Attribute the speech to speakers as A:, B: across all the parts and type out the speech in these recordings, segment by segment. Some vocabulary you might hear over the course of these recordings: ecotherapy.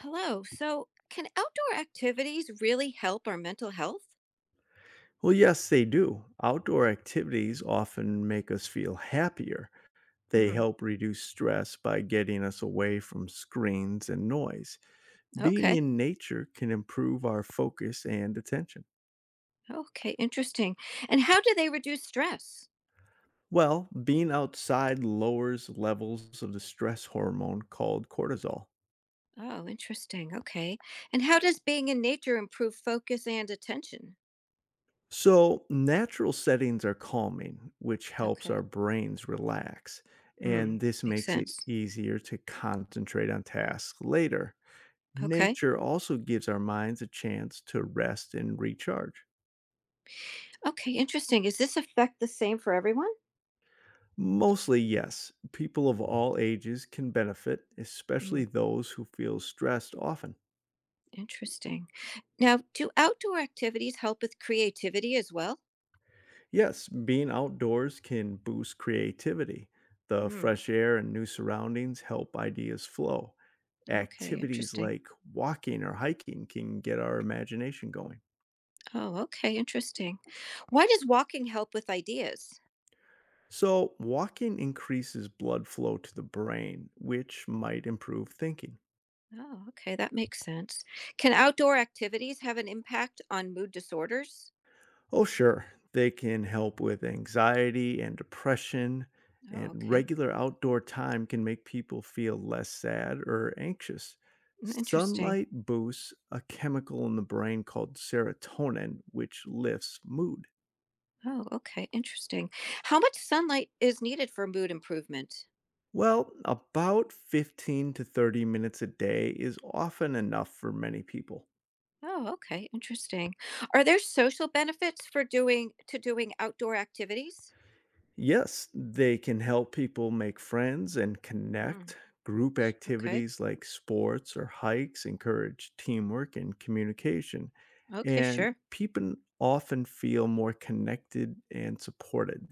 A: Hello. So, can outdoor activities really help our mental health?
B: Well, yes, they do. Outdoor activities often make us feel happier. They
A: Mm,
B: help reduce stress by getting us away from screens and noise. Being
A: okay.
B: in nature can improve our focus and attention.
A: Okay. Interesting. And how do they reduce stress?
B: Well, being outside lowers levels of the stress hormone called cortisol.
A: Oh, interesting. Okay. And how does being in nature improve focus and attention?
B: So, natural settings are calming, which helps
A: Okay.
B: our brains relax.
A: Mm,
B: And this
A: makes
B: makes it
A: sense.
B: easier to concentrate on tasks later.
A: Okay.
B: Nature also gives our minds a chance to rest and recharge.
A: Okay. Interesting. Is this effect the same for everyone?
B: Mostly, yes, people of all ages can benefit, especially
A: Mm,
B: those who feel stressed often.
A: interesting. Now, do outdoor activities help with creativity as well?
B: Yes, being outdoors can boost creativity. The
A: Mm,
B: fresh air and new surroundings help ideas flow.
A: okay.
B: Activities
A: Interesting.
B: like walking or hiking can get our imagination going.
A: Oh, okay, interesting. Why does walking help with ideas?
B: So, walking increases blood flow to the brain, which might improve thinking.
A: Oh, okay, that makes sense. Can outdoor activities have an impact on mood disorders?
B: Oh, sure. They can help with anxiety and depression,
A: Oh,
B: and
A: okay.
B: regular outdoor time can make people feel less sad or anxious.
A: Mm, interesting.
B: Sunlight boosts a chemical in the brain called serotonin, which lifts mood.
A: Oh, okay, interesting. How much sunlight is needed for mood improvement?
B: Well, about 15 to 30 minutes a day is often enough for many people.
A: Oh, okay, interesting. Are there social benefits for doing outdoor activities?
B: Yes, they can help people make friends and
A: Mm,
B: connect. Group
A: okay.
B: activities like sports or hikes encourage teamwork and communication.
A: Okay,
B: And
A: sure.
B: people often feel more connected and supported.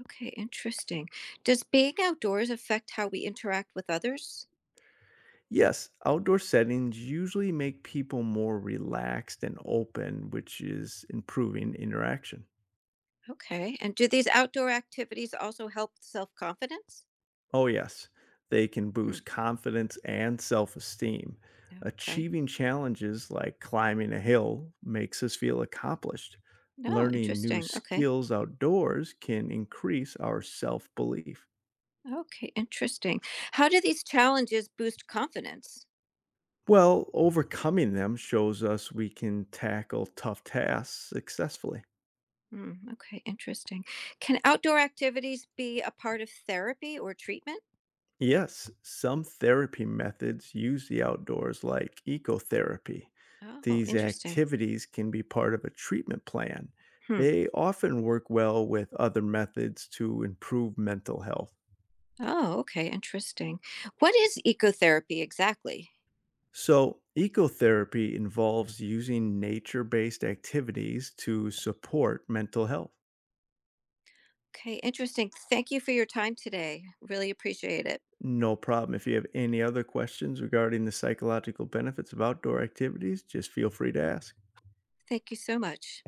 A: Okay, interesting. Does being outdoors affect how we interact with others?
B: Yes, outdoor settings usually make people more relaxed and open, which is improving interaction.
A: Okay. And do these outdoor activities also help self confidence?
B: Oh, yes. They can
A: Hmm.
B: boost confidence and self esteem.
A: Okay.
B: Achieving challenges like climbing a hill makes us feel accomplished.
A: No,
B: Learning new
A: interesting. Okay.
B: skills outdoors can increase our self belief.
A: Okay. Interesting. How do these challenges boost confidence?
B: Well, overcoming them shows us we can tackle tough tasks successfully.
A: Hmm. Okay. Interesting. Can outdoor activities be a part of therapy or treatment?
B: Yes, some therapy methods use the outdoors, like ecotherapy.
A: Oh,
B: These
A: interesting.
B: activities can be part of a treatment plan.
A: Hmm.
B: They often work well with other methods to improve mental health.
A: Oh, okay. Interesting. What is ecotherapy exactly?
B: So, ecotherapy involves using nature based activities to support mental health.
A: Okay. Interesting. Thank you for your time today. Really appreciate it.
B: No problem. If you have any other questions regarding the psychological benefits of outdoor activities, just feel free to ask.
A: Thank you so much.